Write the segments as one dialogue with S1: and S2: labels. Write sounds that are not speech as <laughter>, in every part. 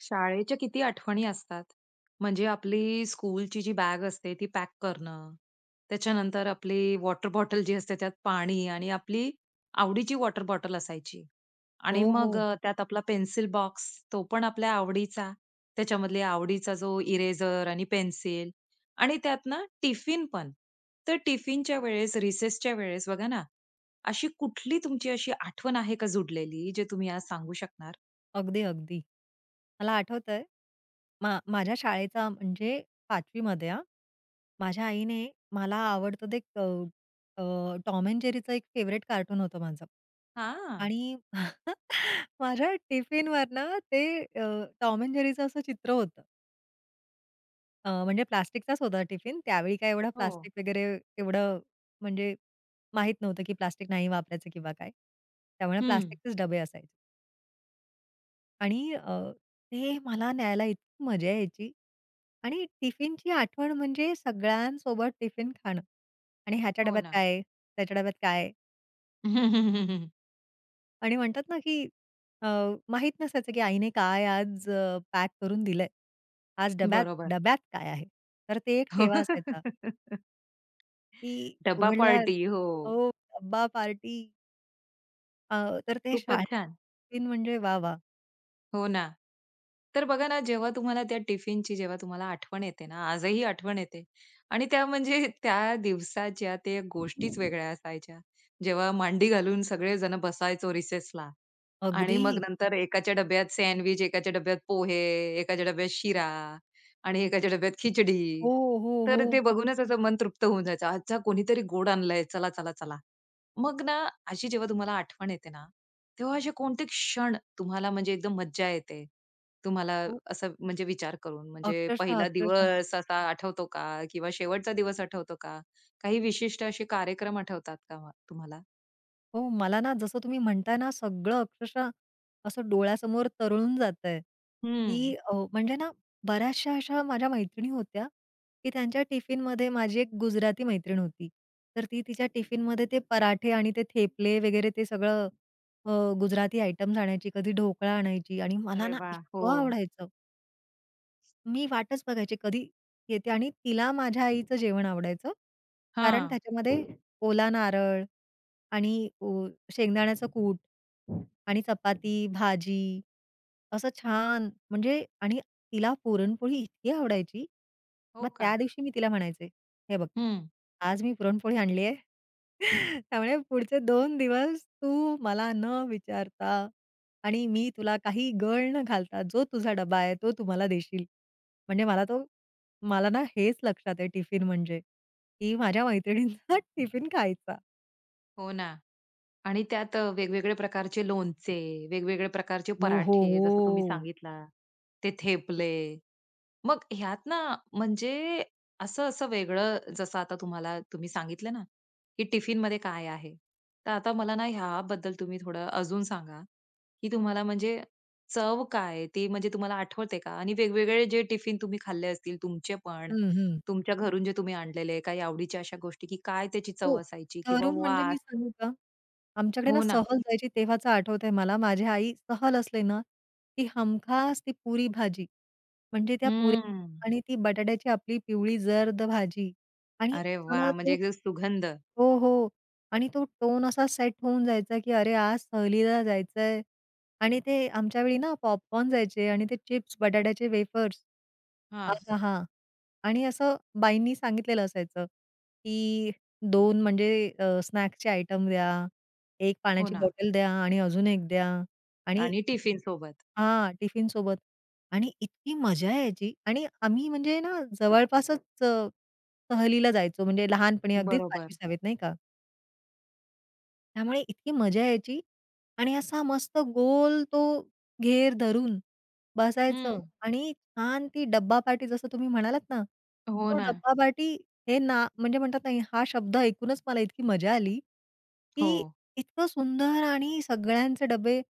S1: शाळेच्या किती आठवणी असतात. म्हणजे आपली स्कूलची जी बॅग असते ती पॅक करणं. त्याच्यानंतर आपली वॉटर बॉटल जी असते त्यात पाणी आणि आपली आवडीची वॉटर बॉटल असायची.
S2: हो,
S1: आणि
S2: हो.
S1: मग त्यात आपला पेन्सिल बॉक्स तो पण आपल्या आवडीचा. त्याच्यामधले आवडीचा जो इरेजर आणि पेन्सिल आणि त्यात ना टिफिन पण. तर टिफिनच्या वेळेस, रिसेसच्या वेळेस बघा ना, अशी कुठली तुमची अशी आठवण आहे का जुडलेली जे तुम्ही आज सांगू शकणार?
S2: अगदी, अगदी. मला आठवतंय, माझ्या शाळेचा म्हणजे 5वी मध्ये माझ्या आईने मला आवडतं ते अ, अ, टॉम एंड जेरीचं एक फेव्हरेट कार्टून होतं माझं.
S1: हां.
S2: आणि <laughs> माझ्या टिफिनवरनं ते टॉम एंड जेरीचं असं चित्र होतं. म्हणजे प्लास्टिकचाच होता टिफिन. त्यावेळी काय एवढं
S1: हो.
S2: प्लास्टिक वगैरे एवढं म्हणजे माहीत नव्हतं, की प्लास्टिक नाही वापरायचं किंवा काय. त्यामुळे प्लास्टिकचेच डबे असायचे. आणि ते मला न्यायला इतकी मजा यायची आणि टिफिनची आठवण म्हणजे सगळ्यांसोबत टिफिन खाणं आणि ह्याच्या
S1: हो
S2: डब्यात
S1: ना.
S2: काय आहे? त्याच्या डब्यात काय
S1: <laughs>
S2: आणि म्हणतात ना, की अ, माहीत नसायचं, की आईने काय आज पॅक करून दिलंय. आज डब्यात
S1: बरोबर.
S2: डब्यात काय आहे? तर ते एक
S1: हो.
S2: ठेवा असायचा,
S1: <laughs>
S2: की
S1: डब्बा
S2: उघडल्यावर
S1: पार्टी. हो,
S2: हो, डब्बा पार्टी. अ, तर ते शाळेत
S1: खूपच छान.
S2: टिफिन म्हणजे वाह, वाह!
S1: हो ना. तर बघा ना, जेव्हा तुम्हाला त्या टिफिनची जेव्हा तुम्हाला आठवण येते ना, आजही आठवण येते आणि त्या म्हणजे त्या दिवसाच्या ते गोष्टीच वेगळ्या असायच्या. जेव्हा मांडी घालून सगळेजण बसायचो रिसेसला आणि
S2: अगदी.
S1: मग नंतर एकाच्या डब्यात सँडविच, एकाच्या डब्यात पोहे, एकाच्या डब्यात शिरा आणि एकाच्या डब्यात खिचडी.
S2: हो, हो, हो,
S1: तर ते बघूनच असं मन तृप्त होऊन जायचं. "अच्छा कोणीतरी गोड आणलंय. चला, चला, चला." मग ना अशी जेव्हा तुम्हाला आठवण येते ना, तेव्हा असे कोणते क्षण तुम्हाला म्हणजे एकदम मज्जा येते? तुम्हाला
S2: हो.
S1: असं म्हणजे विचार करून म्हणजे
S2: अक्षरशः,
S1: पहिला
S2: अक्षरशः.
S1: दिवस असा आठवतो का? किंवा शेवटचा दिवस आठवतो का? काही विशिष्ट असे कार्यक्रम आठवतात का तुम्हाला?
S2: हो, मला ना जसं तुम्ही म्हणताय ना, सगळं अक्षरशः असं डोळ्यासमोर तरळून जातंय, की
S1: हं.
S2: म्हणजे ना बऱ्याचशा अशा माझ्या मैत्रिणी होत्या, की त्यांच्या टिफिनमध्ये माझी एक गुजराती मैत्रीण होती. तर ती तिच्या टिफिनमध्ये ते पराठे आणि ते थेपले वगैरे ते सगळं अ, गुजराती आयटम्स आणायची. कधी ढोकळा आणायची आणि मला
S1: अरे
S2: ना
S1: वाह! हो.
S2: इतकं आवडायचं. मी वाटच बघायची कधी येते आणि तिला माझ्या आईचं जेवण आवडायचं. कारण
S1: हां.
S2: त्याच्यामध्ये ओला नारळ आणि शेंगदाण्याचं कूट आणि चपाती, भाजी असं छान म्हणजे आणि तिला पुरणपोळी इतकी आवडायची.
S1: हो
S2: मग
S1: का?
S2: त्या दिवशी मी तिला म्हणायचे, "हे बघ,
S1: हं,
S2: आज मी पुरणपोळी आणली आहे. <laughs> त्यामुळे पुढचे 2 दिवस तू मला न विचारता आणि मी तुला काही गळ न घालता जो तुझा डबा आहे तो तू देशील." म्हणजे मला तो मला ना हेच लक्षात आहे टिफिन म्हणजे, की माझ्या मैत्रिणींचा <laughs> टिफिन खायचा.
S1: हो ना. आणि त्यात वेगवेगळे प्रकारचे लोणचे, वेगवेगळे प्रकारचे
S2: हो, हो,
S1: पराठे जसं तुम्ही
S2: हो.
S1: सांगितला, ते थेपले. मग ह्यात ना म्हणजे असं-असं वेगळं जसं आता तुम्हाला तुम्ही सांगितलं ना, की टिफिनमध्ये काय आहे. तर आता मला ना ह्याबद्दल तुम्ही थोडं अजून सांगा, की तुम्हाला म्हणजे चव काय? ती म्हणजे तुम्हाला आठवते का? आणि वेगवेगळे जे टिफिन तुम्ही खाल्ले असतील तुमचे पण,
S2: हं, हं.
S1: तुमच्या घरून जे तुम्ही आणलेले काही आवडीच्या अशा गोष्टी, की काय त्याची
S2: हो.
S1: चव असायची किंवा
S2: तरुण म्हणजे मी
S1: वास
S2: सांगू का? आमच्याकडे ना
S1: हो ना.
S2: सहल जायची तेव्हाचं आठवतंय मला. माझी आई सहल असले ना, की हमखास ती पुरी भाजी. म्हणजे त्या पुऱ्या
S1: हम्म.
S2: आणि ती बटाट्याची आपली पिवळी जर्द भाजी आणि
S1: अरे
S2: असं ना
S1: वा, म्हणजे
S2: तो
S1: एकदम सुगंध.
S2: हो, हो. आणि तो टोन असा सेट होऊन जायचा, की अरे आज सहलीला जायचंय आणि ते आमच्या वेळी ना पॉपकॉर्न जायचे आणि ते चिप्स, बटाट्याचे वेफर्स.
S1: हां.
S2: आहाहा! आणि असं बाईंनी सांगितलेलं असायचं, की 2 म्हणजे स्नॅक्सचे आयटम द्या, 1
S1: हो
S2: पाण्याची
S1: ना.
S2: बॉटल द्या आणि अजून 1 द्या आणि
S1: आणि टिफिन सोबत.
S2: हां, टिफिनसोबत. आणि इतकी मजा यायची आणि आम्ही म्हणजे ना जवळपासच सहलीला जायचो म्हणजे लहानपणी अगदीच 5वी
S1: बरोबर.
S2: 6वीत नाही का? त्यामुळे इतकी मजा यायची आणि असा मस्त गोल तो घेर धरून बसायचं
S1: हं.
S2: आणि छान ती डब्बापार्टी जसं तुम्ही म्हणालात ना,
S1: हो
S2: तो
S1: ना.
S2: डब्बापार्टी हे ना म्हणजे म्हणतात ना हा शब्द ऐकूनच मला इतकी मजा आली,
S1: हो.
S2: की इतकं सुंदर आणि सगळ्यांचे डबे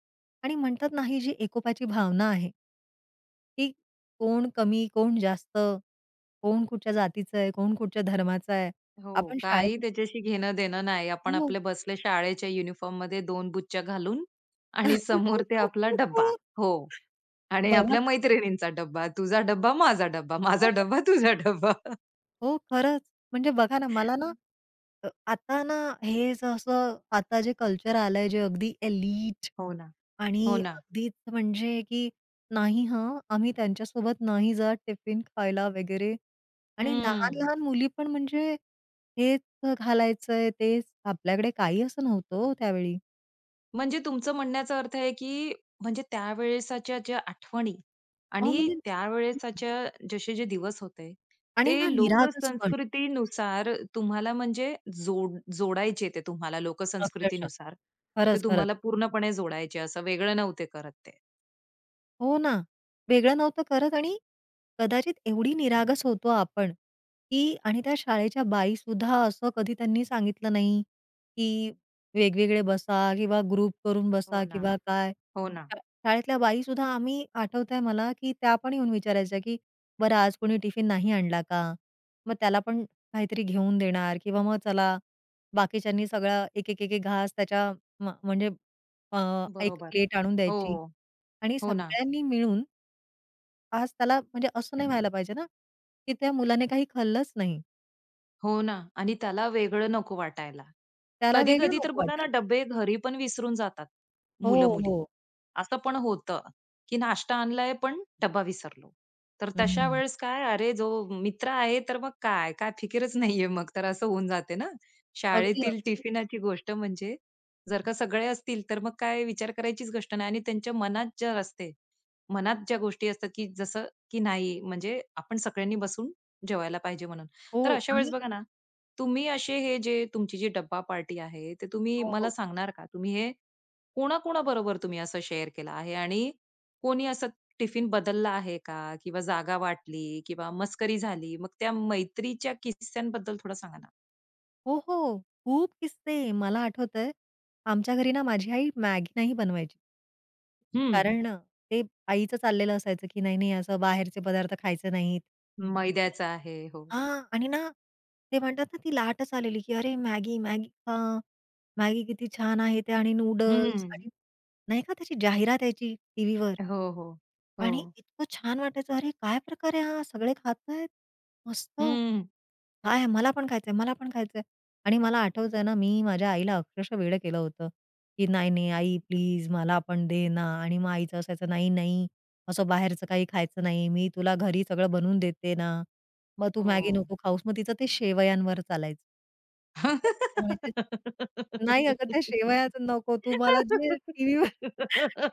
S2: आणि म्हणतात ना जी एकोप्याची भावना आहे की कोण कमी, कोण जास्त, कोण कुठच्या जातीचं आहे, कोण कुठच्या धर्माचा आहे.
S1: हो.
S2: आपण
S1: काही
S2: शाळेत
S1: त्याच्याशी घेणं-देणं नाही. आपण
S2: हो.
S1: आपले बसले शाळेच्या युनिफॉर्ममध्ये 2 बुच्च्या घालून आणि समोर ते आपला डब्बा. हो. आणि
S2: बघा
S1: आपल्या
S2: ना.
S1: मैत्रिणींचा डब्बा. तुझा डब्बा, माझा डब्बा.
S2: हो,
S1: माझा डब्बा, तुझा डब्बा.
S2: हो, खरंच. म्हणजे बघा ना, मला ना
S1: <laughs>
S2: आता ना हे जसं आता जे कल्चर आलंय, जे अगदी एलीट
S1: हो ना. हो
S2: आणि
S1: ना.
S2: अगदीच म्हणजे की नाही हां, आम्ही त्यांच्यासोबत नाही जात टिफिन खायला वगैरे आणि
S1: हं.
S2: लहान-लहान मुली पण म्हणजे हेच घालायचंय, तेच. आपल्याकडे काही असं नव्हतं हो त्यावेळी.
S1: म्हणजे तुमचं म्हणण्याचा अर्थ आहे, की म्हणजे त्यावेळेसाच्या ज्या आठवणी
S2: अहो,
S1: आणि
S2: म्हणजे
S1: त्यावेळेसाच्या जसे जे दिवस होते,
S2: आणि ना
S1: ते
S2: निरागसपण
S1: लोकसंस्कृतीनुसार तुम्हाला म्हणजे जोड जोडायचे ते तुम्हाला
S2: अक्षरशः.
S1: लोकसंस्कृतीनुसार. ते
S2: खरंच, खरंच.
S1: तुम्हाला पूर्णपणे जोडायचे असं वेगळं नव्हते करत ते.
S2: हो ना. वेगळं नव्हतं करत आणि कदाचित एवढी निरागस होतो आपण, की आणि त्या शाळेच्या बाईसुद्धा असं कधी त्यांनी सांगितलं नाही, की वेगवेगळे बसा किंवा ग्रुप करून बसा
S1: हो ना.
S2: किंवा काय.
S1: हो ना.
S2: शा शाळेतल्या बाईसुद्धा आम्ही आठवतंय मला, की त्या पण येऊन विचारायच्या, की "बरं आज कोणी टिफिन नाही आणला का?" मग त्याला पण काहीतरी घेऊन देणार किंवा मग चला बाकीच्यांनी सगळा एक, एक, एक, एक घास त्याच्या म्हणजे अ, एक
S1: बरोबर.
S2: प्लेट आणून
S1: हो.
S2: द्यायची. आणि
S1: हो ना.
S2: सगळ्यांनी मिळून आज त्याला म्हणजे असं नाही व्हायला पाहिजे ना, की त्या मुलाने काही खाल्लंच नाही.
S1: हो ना. आणि त्याला वेगळं नको वाटायला.
S2: त्याला वेगळं
S1: कधी-कधी तर
S2: नको
S1: बघा ना
S2: वाटायला.
S1: डब्बे घरी पण विसरून जातात
S2: हो,
S1: मुलं-मुली.
S2: हो.
S1: असं पण होतं, की नाश्ता आणलाय पण डब्बा विसरलो. तर तशा
S2: हं.
S1: वेळेस काय अरे जो मित्र आहे तर मग काय, काय फिकीरच नाहीये मग तर असं होऊन जाते ना.
S2: अगदी,
S1: शाळेतील
S2: अगदी.
S1: टिफिनाची गोष्ट म्हणजे जर का सगळे असतील तर मग काय विचार करायचीच गोष्ट नाही आणि त्यांच्या मनात जर असते, मनात ज्या गोष्टी असतात, की जसं की नाही म्हणजे आपण सगळ्यांनी बसून जेवायला पाहिजे म्हणून.
S2: हो
S1: तर अशा वेळेस
S2: आणि
S1: बघा ना, तुम्ही असे हे जे तुमची जी डब्बा पार्टी आहे, ते तुम्ही
S2: हो,
S1: मला
S2: हो.
S1: सांगणार का? तुम्ही हे कोणाकोणाबरोबर तुम्ही असं शेअर केलं आहे? आणि कोणी असं टिफिन बदलला आहे का? किंवा जागा वाटली किंवा मस्करी झाली? मग त्या मैत्रीच्या किस्स्यांबद्दल थोडं सांगा ना?
S2: हो, हो. खूप किस्से मला आठवतंय, आमच्या घरी ना माझी आई मॅगी नाही बनवायची.
S1: हं.
S2: कारण ते आईचं चाललेलं असायचं, की नाही, नाही असं बाहेरचे पदार्थ खायचे नाहीत. आणि
S1: मैद्याचा आहे. हो.
S2: हां. आणि ना ते म्हणतात ना, ती लाटच आलेली, की "अरे मॅगी, मॅगी खा. मॅगी किती छान आहे ते आणि नूडल्स"
S1: हं.
S2: आणि नाही का त्याची जाहिरात यायची टीव्हीवर.
S1: हो, हो. हो.
S2: आणि इतकं छान वाटायचं, "अरे, काय प्रकार आहे हा? सगळे खातायत. मस्त.
S1: हं.
S2: काय मला पण खायचंय, मला पण खायचंय." आणि मला आठवतंय ना, मी माझ्या आईला अक्षरशः वेडं केलं होतं, की "नाही, नाही, आई प्लीज मला पण दे ना." आणि मग आईचं असायचं, "नाही, नाही, असं बाहेरचं काही खायचं नाही. मी तुला घरी सगळं बनवून देते ना. मग तू मॅगी
S1: हो.
S2: नको खाऊस." मग तिचं ते शेवयांवर चालायचं. मग तिला म्हणायचे, "नाही अगं, त्या शेवयाचं नको. तू मला जे टीव्हीवर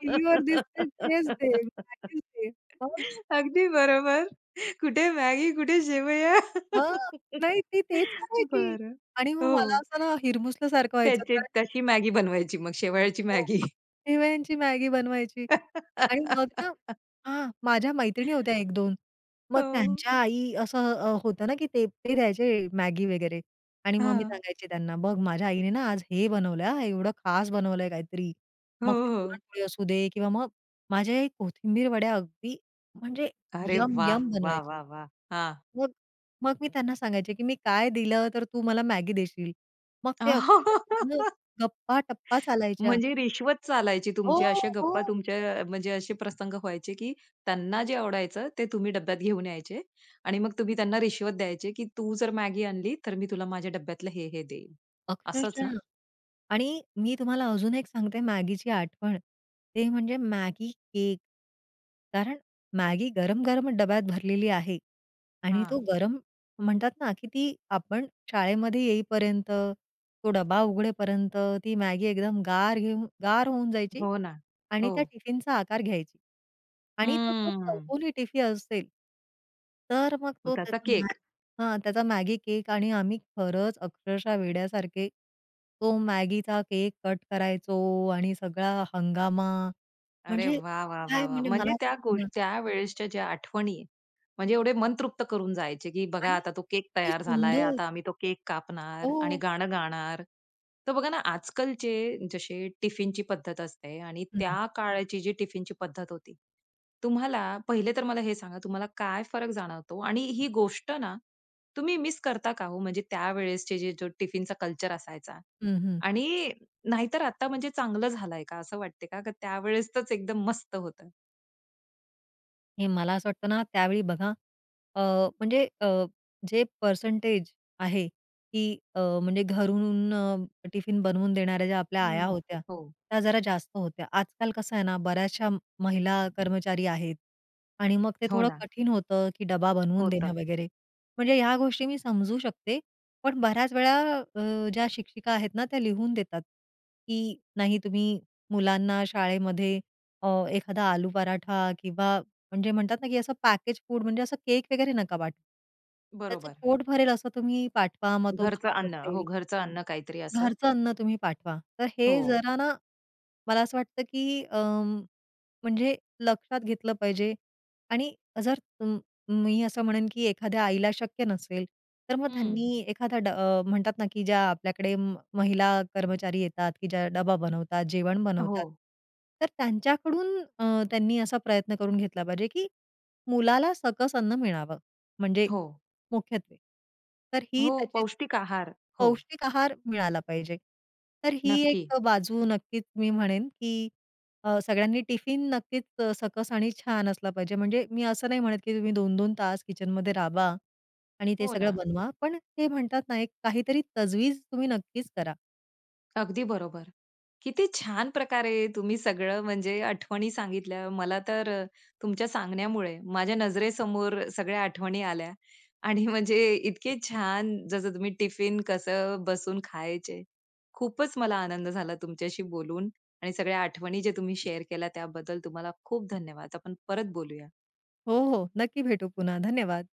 S2: टीव्हीवर दिसते तेच दे." कायमचे. मग
S1: अगदी बरोबर. कुठे मॅगी, कुठे शेवया.
S2: हां.
S1: <laughs>
S2: नाही ती तेच करायची
S1: बरं.
S2: आणि मग मला
S1: हो.
S2: असं ना हिरमुसल्यासारखं व्हायचं
S1: त्याचे
S2: कारण की
S1: तशी मॅगी बनवायची मग शेवयाची
S2: हो,
S1: मॅगी.
S2: शेवयांची मॅगी बनवायची आणि मग ना
S1: <laughs>
S2: हां, माझ्या मैत्रिणी होत्या 1-2 मग
S1: हो.
S2: त्यांच्या आई असं होतं ना की ते ते द्यायचे मॅगी वगैरे आणि मग मी
S1: हां.
S2: सांगायचे त्यांना, "बघ माझ्या आईने ना आज हे बनवलं हां, एवढं खास बनवलंय काहीतरी."
S1: हो,
S2: मग ते
S1: हो.
S2: पुरणपोळी असू दे किंवा मग माझ्या आई कोथिंबीर वड्या अगदी म्हणजे
S1: अरे वाह!
S2: यम-यम
S1: वाह,
S2: बनवायची.
S1: वाह, वाह! हां.
S2: मग मग मी त्यांना सांगायचे, की "मी काय दिलं तर तू मला मॅगी देशील?" मग ते अक्षरशः पूर्ण
S1: <laughs>
S2: गप्पा-टप्पा चालायच्या.
S1: म्हणजे रिश्वत चालायची
S2: हो,
S1: तुमची. अशा गप्पा
S2: हो.
S1: तुमच्या म्हणजे असे प्रसंग व्हायचे, की त्यांना जे आवडायचं ते तुम्ही डब्यात घेऊन यायचे आणि मग तुम्ही त्यांना रिश्वत द्यायचे, की तू जर मॅगी आणली तर मी तुला माझ्या डब्यातलं हे, हे देईन. असंच ना?
S2: अक्षरशः आणि मी तुम्हाला अजून एक सांगते मॅगीची आठवण. ते म्हणजे मॅगी केक. कारण मॅगी गरम-गरम डब्यात भरलेली आहे आणि तो
S1: हां.
S2: गरम म्हणतात ना, की ती आपण शाळेमध्ये येईपर्यंत, तो डबा उघडेपर्यंत ती मॅगी एकदम गार घेऊन गार होऊन जायची
S1: हो ना.
S2: आणि
S1: हो.
S2: त्या टिफिनचा आकार घ्यायची. आणि तो जो
S1: हम्म.
S2: चौकोनी टिफिन असेल, तर मग
S1: मग
S2: तो
S1: त्याचा
S2: त्याचा
S1: केक.
S2: हां, त्याचा मॅगी केक आणि आम्ही खरंच अक्षरशः वेड्यासारखे तो मॅगीचा केक कट करायचो आणि सगळा हंगामा.
S1: अरे
S2: म्हणजे
S1: वाह, वाह, वाह,
S2: काय
S1: वाह!
S2: म्हणजे मला
S1: म्हणजे
S2: असं
S1: त्या
S2: वाटतं ना
S1: त्यावेळेसच्या ज्या आठवणी, आहे, म्हणजे एवढे मन तृप्त करून जायचे, की बघा
S2: आणि
S1: आता तो केक
S2: ती
S1: तयार झालाय,
S2: सुंदर
S1: आता आम्ही तो केक कापणार आणि
S2: हो.
S1: गाणं गाणार. तर बघा ना, आजकालचे जसे टिफिनची पद्धत असते आणि त्या
S2: हं.
S1: काळाची जी टिफिनची पद्धत होती, तुम्हाला पहिले तर मला हे सांगा, तुम्हाला काय फरक जाणवतो? आणि ही गोष्ट ना, तुम्ही मिस करता का हो? म्हणजे त्यावेळेसचे जे जो टिफिनचा कल्चर असायचा,
S2: हं, हं.
S1: आणि नाहीतर आता म्हणजे चांगलं झालंय का, असं वाटते का? का त्यावेळेसच एकदम मस्त होतं?
S2: हे मला असं वाटतं ना, त्यावेळी बघा अ, म्हणजे जे पर्सेंटेज आहे, की म्हणजे घरून टिफिन बनवून देणाऱ्या ज्या आपल्या आया
S1: हं.
S2: होत्या,
S1: हो.
S2: त्या जरा जास्त होत्या. आजकाल कसं आहे ना, बऱ्याचशा महिला कर्मचारी आहेत आणि मग ते
S1: हो
S2: थोडं
S1: ना.
S2: कठीण होतं, की डबा बनवून देणं
S1: होतं.
S2: वगैरे. म्हणजे ह्या गोष्टी मी समजू शकते. पण बऱ्याच वेळा ज्या शिक्षिका आहेत ना, त्या लिहून देतात, की नाही तुम्ही मुलांना शाळेमध्ये अ, एखादा आलू पराठा किंवा म्हणजे म्हणतात ना, की असं पॅकेज फूड म्हणजे असं केक वगैरे नका पाठवू. त्याचं
S1: बरोबर.
S2: पोट भरेल असं तुम्ही पाठवा. मग तो
S1: घरचं
S2: भात
S1: अन्न.
S2: असेल
S1: हो, घरचं अन्न काहीतरी असं.
S2: घरचं अन्न तुम्ही पाठवा. तर हे
S1: हो.
S2: जरा ना, मला असं वाटतं, की अं, म्हणजे लक्षात घेतलं पाहिजे आणि जर तुम मी असं म्हणेन, की एखाद्या आईला शक्य नसेल, तर मग
S1: हं.
S2: त्यांनी एखादा म्हणतात ना, की ज्या आपल्याकडे महिला कर्मचारी येतात, की ज्या डबा बनवतात, जेवण
S1: हो.
S2: बनवतात. तर त्यांच्याकडून त्यांनी असा प्रयत्न करून घेतला पाहिजे, की मुलाला सकस अन्न मिळावं. म्हणजे
S1: हो.
S2: मुख्यत्वे. तर ही
S1: हो,
S2: त्याची
S1: पौष्टिक आहार. हो.
S2: पौष्टिक आहार मिळाला पाहिजे. तर ही
S1: नक्की.
S2: एक बाजू नक्कीच मी म्हणेन, की सगळ्यांनी टिफिन नक्कीच सकस आणि छान असला पाहिजे. म्हणजे मी असं नाही म्हणत, की तुम्ही 2-2 तास किचनमध्ये राबा आणि ते
S1: हो ना.
S2: सगळं बनवा. पण ते म्हणतात ना, एक काहीतरी तजवीज तुम्ही नक्कीच करा.
S1: अगदी बरोबर. किती छान प्रकारे तुम्ही सगळं म्हणजे आठवणी सांगितल्या. मला तर तुमच्या सांगण्यामुळे माझ्या नजरेसमोर सगळ्या आठवणी आल्या आणि म्हणजे इतके छान जसं तुम्ही टिफिन कसं बसून खायचे. खूपच मला आनंद झाला तुमच्याशी बोलून आणि सगळ्या आठवणी जे तुम्ही शेअर केल्या त्याबद्दल तुम्हाला खूप धन्यवाद. आपण परत बोलूया.
S2: हो, हो. नक्की भेटू पुन्हा. धन्यवाद.